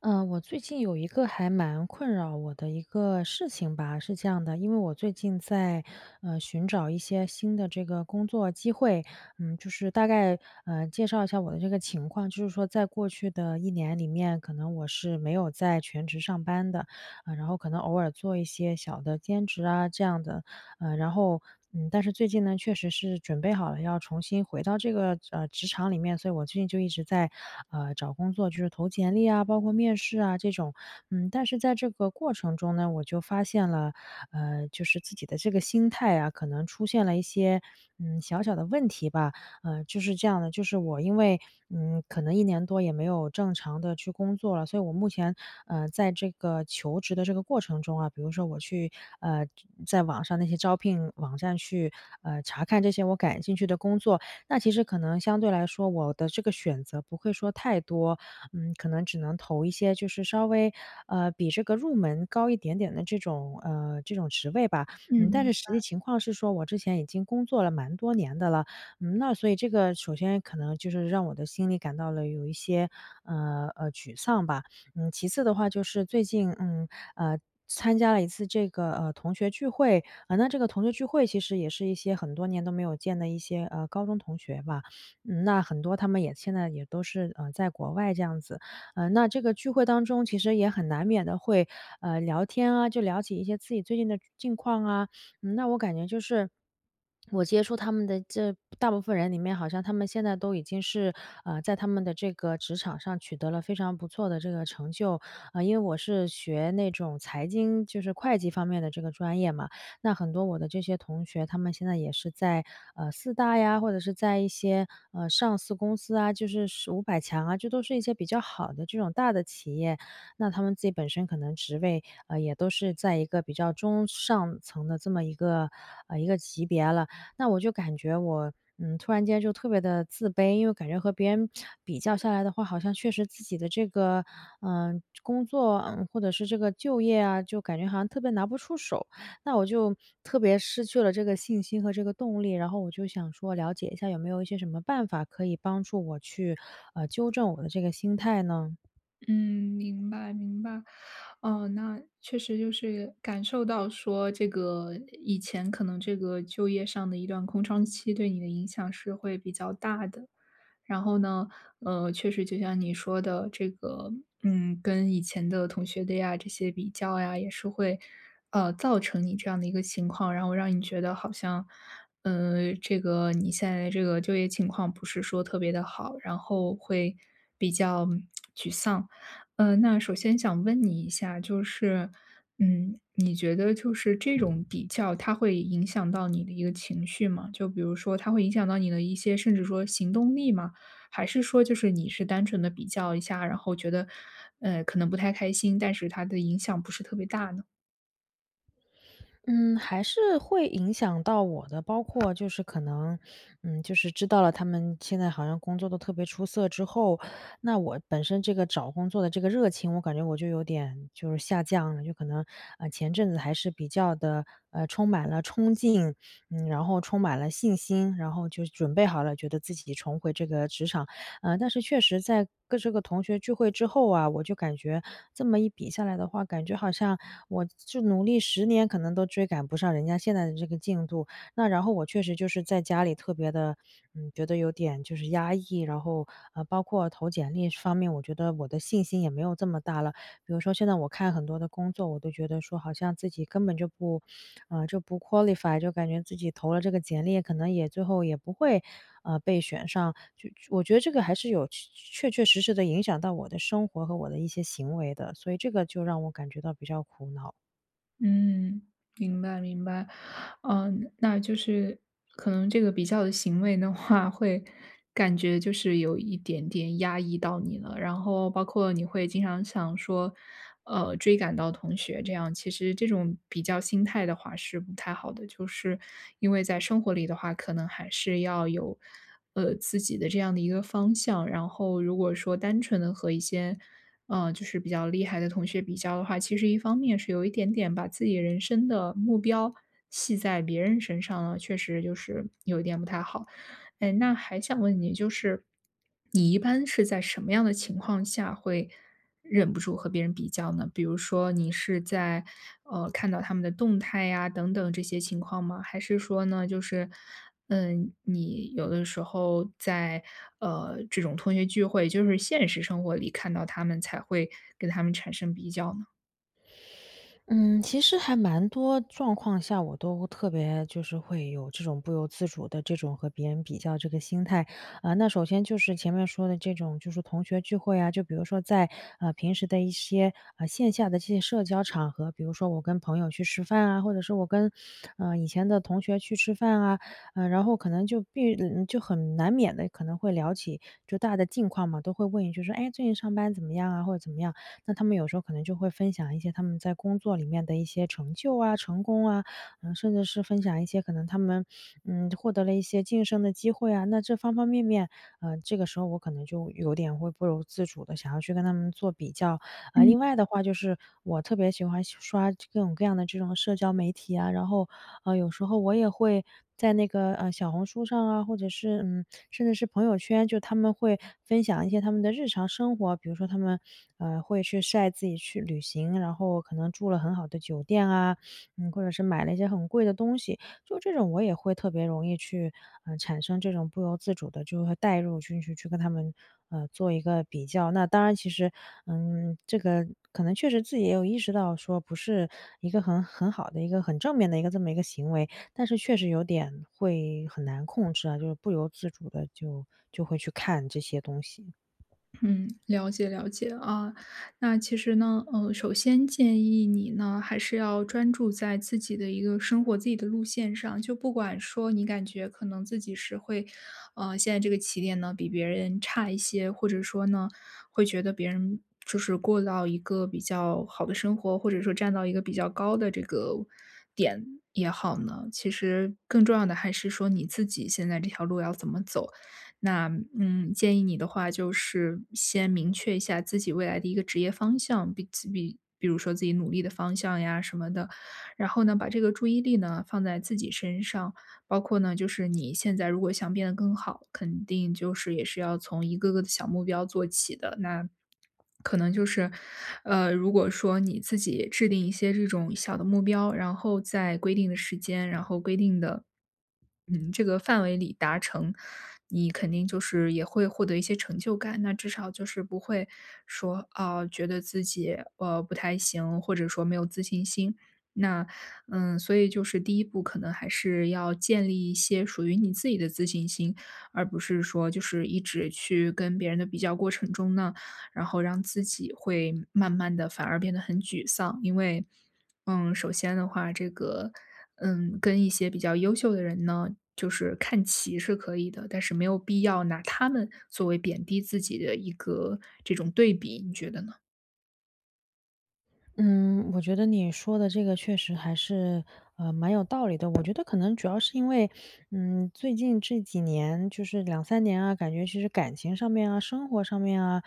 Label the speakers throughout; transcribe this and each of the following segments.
Speaker 1: 我最近有一个还蛮困扰我的一个事情吧，是这样的，因为我最近在，寻找一些新的这个工作机会，就是大概，介绍一下我的这个情况，就是说在过去的一年里面，可能我是没有在全职上班的，啊，然后可能偶尔做一些小的兼职啊，这样的，呃，然后，但是最近呢，确实是准备好了要重新回到这个，职场里面，所以我最近就一直在，找工作，就是投简历啊，包括面试啊这种。但是在这个过程中呢，我就发现了，就是自己的这个心态啊，可能出现了一些小小的问题吧。就是这样的，就是我因为可能一年多也没有正常的去工作了，所以我目前在这个求职的这个过程中啊，比如说我去，呃，在网上那些招聘网站去，查看这些我感兴趣的工作，那其实可能相对来说我的这个选择不会说太多，可能只能投一些就是稍微比这个入门高一点点的这种，这种职位吧。
Speaker 2: 嗯，
Speaker 1: 但
Speaker 2: 明
Speaker 1: 是实
Speaker 2: 白，
Speaker 1: 际情况是说我之前已经工作了蛮多年的了，那所以这个首先可能就是让我的心里感到了有一些，沮丧吧。其次的话就是最近，呃，参加了一次这个，同学聚会，啊，那这个同学聚会其实也是一些很多年都没有见的一些，高中同学吧。那很多他们也现在也都是，在国外这样子。那这个聚会当中其实也很难免的会，聊天啊，就聊起一些自己最近的近况啊。那我感觉就是我接触他们的这大部分人里面，好像他们现在都已经是，在他们的这个职场上取得了非常不错的这个成就。因为我是学那种财经，就是会计方面的这个专业嘛，那很多我的这些同学，他们现在也是在，四大呀，或者是在一些，上市公司啊，就是是五百强啊，这都是一些比较好的这种大的企业。那他们自己本身可能职位，也都是在一个比较中上层的这么一个，一个级别了。那我就感觉我，突然间就特别的自卑，因为感觉和别人比较下来的话，好像确实自己的这个，工作，或者是这个就业啊，就感觉好像特别拿不出手。那我就特别失去了这个信心和这个动力，然后我就想说了解一下有没有一些什么办法可以帮助我去，纠正我的这个心态呢？
Speaker 2: 嗯，明白，明白。哦，那确实就是感受到说，这个以前可能这个就业上的一段空窗期对你的影响是会比较大的。然后呢，确实就像你说的，这个，嗯，跟以前的同学的呀，这些比较呀，也是会，造成你这样的一个情况，然后让你觉得好像，这个你现在这个就业情况不是说特别的好，然后会比较嗯沮丧。那首先想问你一下，就是，嗯，你觉得就是这种比较，它会影响到你的一个情绪吗？就比如说，它会影响到你的一些，甚至说行动力吗？还是说就是你是单纯的比较一下，然后觉得，可能不太开心，但是它的影响不是特别大呢？
Speaker 1: 嗯，还是会影响到我的，包括就是可能，就是知道了他们现在好像工作都特别出色之后，那我本身这个找工作的这个热情，我感觉我就有点就是下降了，就可能前阵子还是比较的充满了冲劲，然后充满了信心，然后就准备好了，觉得自己重回这个职场，但是确实在跟这个同学聚会之后啊，我就感觉这么一比下来的话，感觉好像我就努力十年可能都追赶不上人家现在的这个进度。那然后我确实就是在家里特别的，觉得有点就是压抑，然后，包括投简历方面，我觉得我的信心也没有这么大了。比如说现在我看很多的工作，我都觉得说好像自己根本就不啊，就不 qualify，就感觉自己投了这个简历，可能也最后也不会，被选上。就我觉得这个还是有确确实实的影响到我的生活和我的一些行为的，所以这个就让我感觉到比较苦恼。
Speaker 2: 嗯，明白明白。嗯，那就是可能这个比较的行为的话，会感觉就是有一点点压抑到你了，然后包括你会经常想说，追赶到同学这样，其实这种比较心态的话是不太好的，就是因为在生活里的话，可能还是要有，自己的这样的一个方向，然后如果说单纯的和一些就是比较厉害的同学比较的话，其实一方面是有一点点把自己人生的目标系在别人身上了，确实就是有一点不太好。哎，那还想问你，就是你一般是在什么样的情况下会忍不住和别人比较呢？比如说你是在看到他们的动态呀等等这些情况吗？还是说呢，就是嗯，你有的时候在这种同学聚会，就是现实生活里看到他们才会跟他们产生比较呢？
Speaker 1: 嗯，其实还蛮多状况下，我都特别就是会有这种不由自主的这种和别人比较这个心态。啊、那首先就是前面说的这种，就是同学聚会啊，就比如说在平时的一些线下的这些社交场合，比如说我跟朋友去吃饭啊，或者是我跟以前的同学去吃饭啊，然后可能就就很难免的可能会聊起就大的近况嘛，都会问一句说，哎，最近上班怎么样啊，或者怎么样。那他们有时候可能就会分享一些他们在工作里面的一些成就啊、成功啊，甚至是分享一些可能他们，获得了一些晋升的机会啊。那这方方面面，这个时候我可能就有点会不由自主的想要去跟他们做比较。
Speaker 2: 嗯。
Speaker 1: 另外的话就是我特别喜欢刷各种各样的这种社交媒体啊，然后啊，有时候我也会在那个，小红书上啊，或者是，甚至是朋友圈，就他们会分享一些他们的日常生活。比如说他们，会去晒自己去旅行，然后可能住了很好的酒店啊，或者是买了一些很贵的东西。就这种我也会特别容易去，产生这种不由自主的，就会带入进去，去跟他们，做一个比较。那当然其实，这个可能确实自己也有意识到说不是一个很好的一个很正面的一个这么一个行为，但是确实有点会很难控制啊，就是不由自主的就会去看这些东西。
Speaker 2: 嗯，了解了解啊。那其实呢，首先建议你呢，还是要专注在自己的一个生活、自己的路线上。就不管说你感觉可能自己是会，现在这个起点呢比别人差一些，或者说呢，会觉得别人就是过到一个比较好的生活，或者说站到一个比较高的这个点也好呢，其实更重要的还是说你自己现在这条路要怎么走。那嗯，建议你的话就是先明确一下自己未来的一个职业方向，比如说自己努力的方向呀什么的，然后呢，把这个注意力呢放在自己身上。包括呢，就是你现在如果想变得更好，肯定就是也是要从一个个的小目标做起的。那可能就是，如果说你自己制定一些这种小的目标，然后在规定的时间，然后规定的，嗯，这个范围里达成，你肯定就是也会获得一些成就感。那至少就是不会说啊、觉得自己不太行，或者说没有自信心。那，嗯，所以就是第一步可能还是要建立一些属于你自己的自信心，而不是说就是一直去跟别人的比较过程中呢，然后让自己会慢慢的反而变得很沮丧。因为，嗯，首先的话，这个，嗯，跟一些比较优秀的人呢，就是看齐是可以的，但是没有必要拿他们作为贬低自己的一个这种对比，你觉得呢？
Speaker 1: 嗯，我觉得你说的这个确实还是，蛮有道理的。我觉得可能主要是因为，最近这几年就是两三年啊，感觉其实感情上面啊、生活上面啊，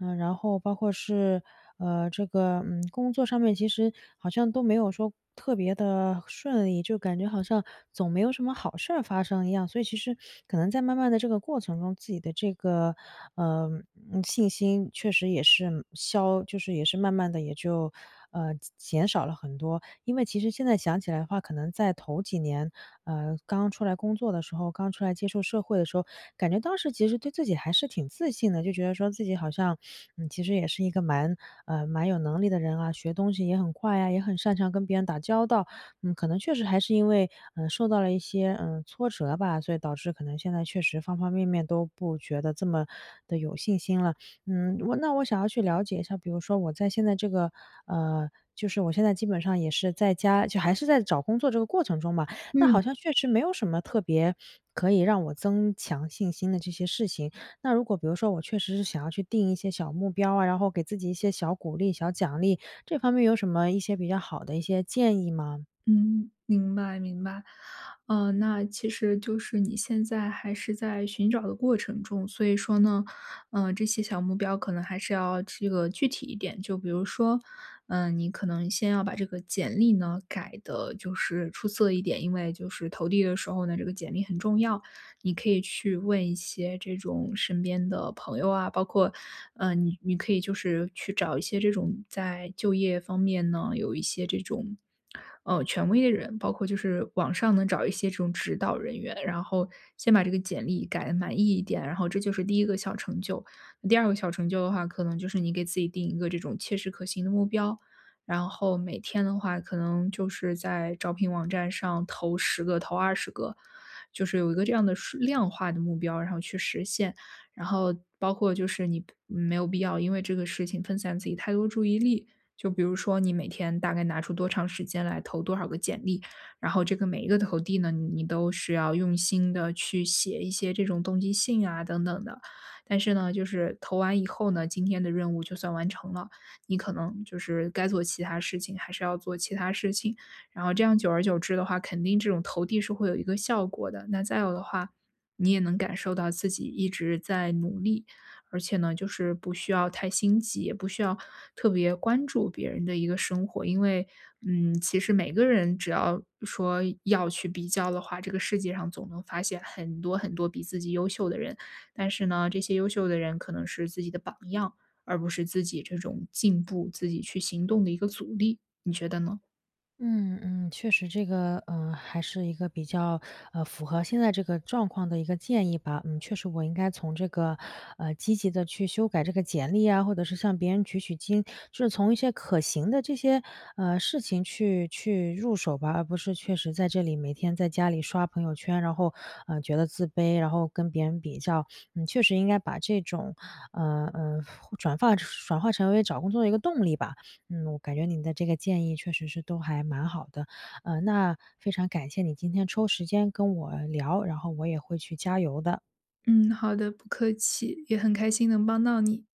Speaker 1: 然后包括是，这个工作上面，其实好像都没有说特别的顺利，就感觉好像总没有什么好事儿发生一样。所以其实可能在慢慢的这个过程中，自己的这个，呃，信心确实也是消，就是也是慢慢的也就。减少了很多。因为其实现在想起来的话，可能在头几年，刚出来工作的时候，刚出来接触社会的时候，感觉当时其实对自己还是挺自信的，就觉得说自己好像，其实也是一个蛮有能力的人啊，学东西也很快呀，也很擅长跟别人打交道。可能确实还是因为，受到了一些，挫折吧，所以导致可能现在确实方方面面都不觉得这么的有信心了。那我想要去了解一下，比如说我在现在这个，呃，就是我现在基本上也是在家，就还是在找工作这个过程中嘛，那
Speaker 2: 嗯。
Speaker 1: 好像确实没有什么特别可以让我增强信心的这些事情。那如果比如说我确实是想要去定一些小目标啊，然后给自己一些小鼓励、小奖励，这方面有什么一些比较好的一些建议吗？
Speaker 2: 嗯，明白明白。那其实就是你现在还是在寻找的过程中，所以说呢，这些小目标可能还是要这个具体一点。就比如说，嗯、你可能先要把这个简历呢改的，就是出色一点，因为就是投递的时候呢，这个简历很重要。你可以去问一些这种身边的朋友啊，包括，嗯，你可以就是去找一些这种在就业方面呢有一些这种权威的人，包括就是网上能找一些这种指导人员，然后先把这个简历改得满意一点，然后这就是第1个小成就。第2个小成就的话，可能就是你给自己定一个这种切实可行的目标，然后每天的话，可能就是在招聘网站上投10个、投20个，就是有一个这样的数量化的目标，然后去实现。然后包括就是你没有必要因为这个事情分散自己太多注意力，就比如说你每天大概拿出多长时间来投多少个简历，然后这个每一个投递呢，你都是要用心的去写一些这种动机信啊等等的。但是呢，就是投完以后呢，今天的任务就算完成了，你可能就是该做其他事情，还是要做其他事情。然后这样久而久之的话，肯定这种投递是会有一个效果的。那再有的话，你也能感受到自己一直在努力。而且呢，就是不需要太心急，也不需要特别关注别人的一个生活。因为，嗯，其实每个人只要说要去比较的话，这个世界上总能发现很多很多比自己优秀的人。但是呢，这些优秀的人可能是自己的榜样，而不是自己这种进步、自己去行动的一个阻力。你觉得呢？
Speaker 1: 嗯嗯，确实这个还是一个比较，符合现在这个状况的一个建议吧。嗯，确实我应该从这个，积极的去修改这个简历啊，或者是向别人取取经，就是从一些可行的这些，事情去入手吧，而不是确实在这里每天在家里刷朋友圈，然后，觉得自卑，然后跟别人比较。确实应该把这种，呃，呃，转化成为找工作的一个动力吧。我感觉你的这个建议确实是都还蛮好的，那非常感谢你今天抽时间跟我聊，然后我也会去加油的。
Speaker 2: 嗯，好的，不客气，也很开心能帮到你。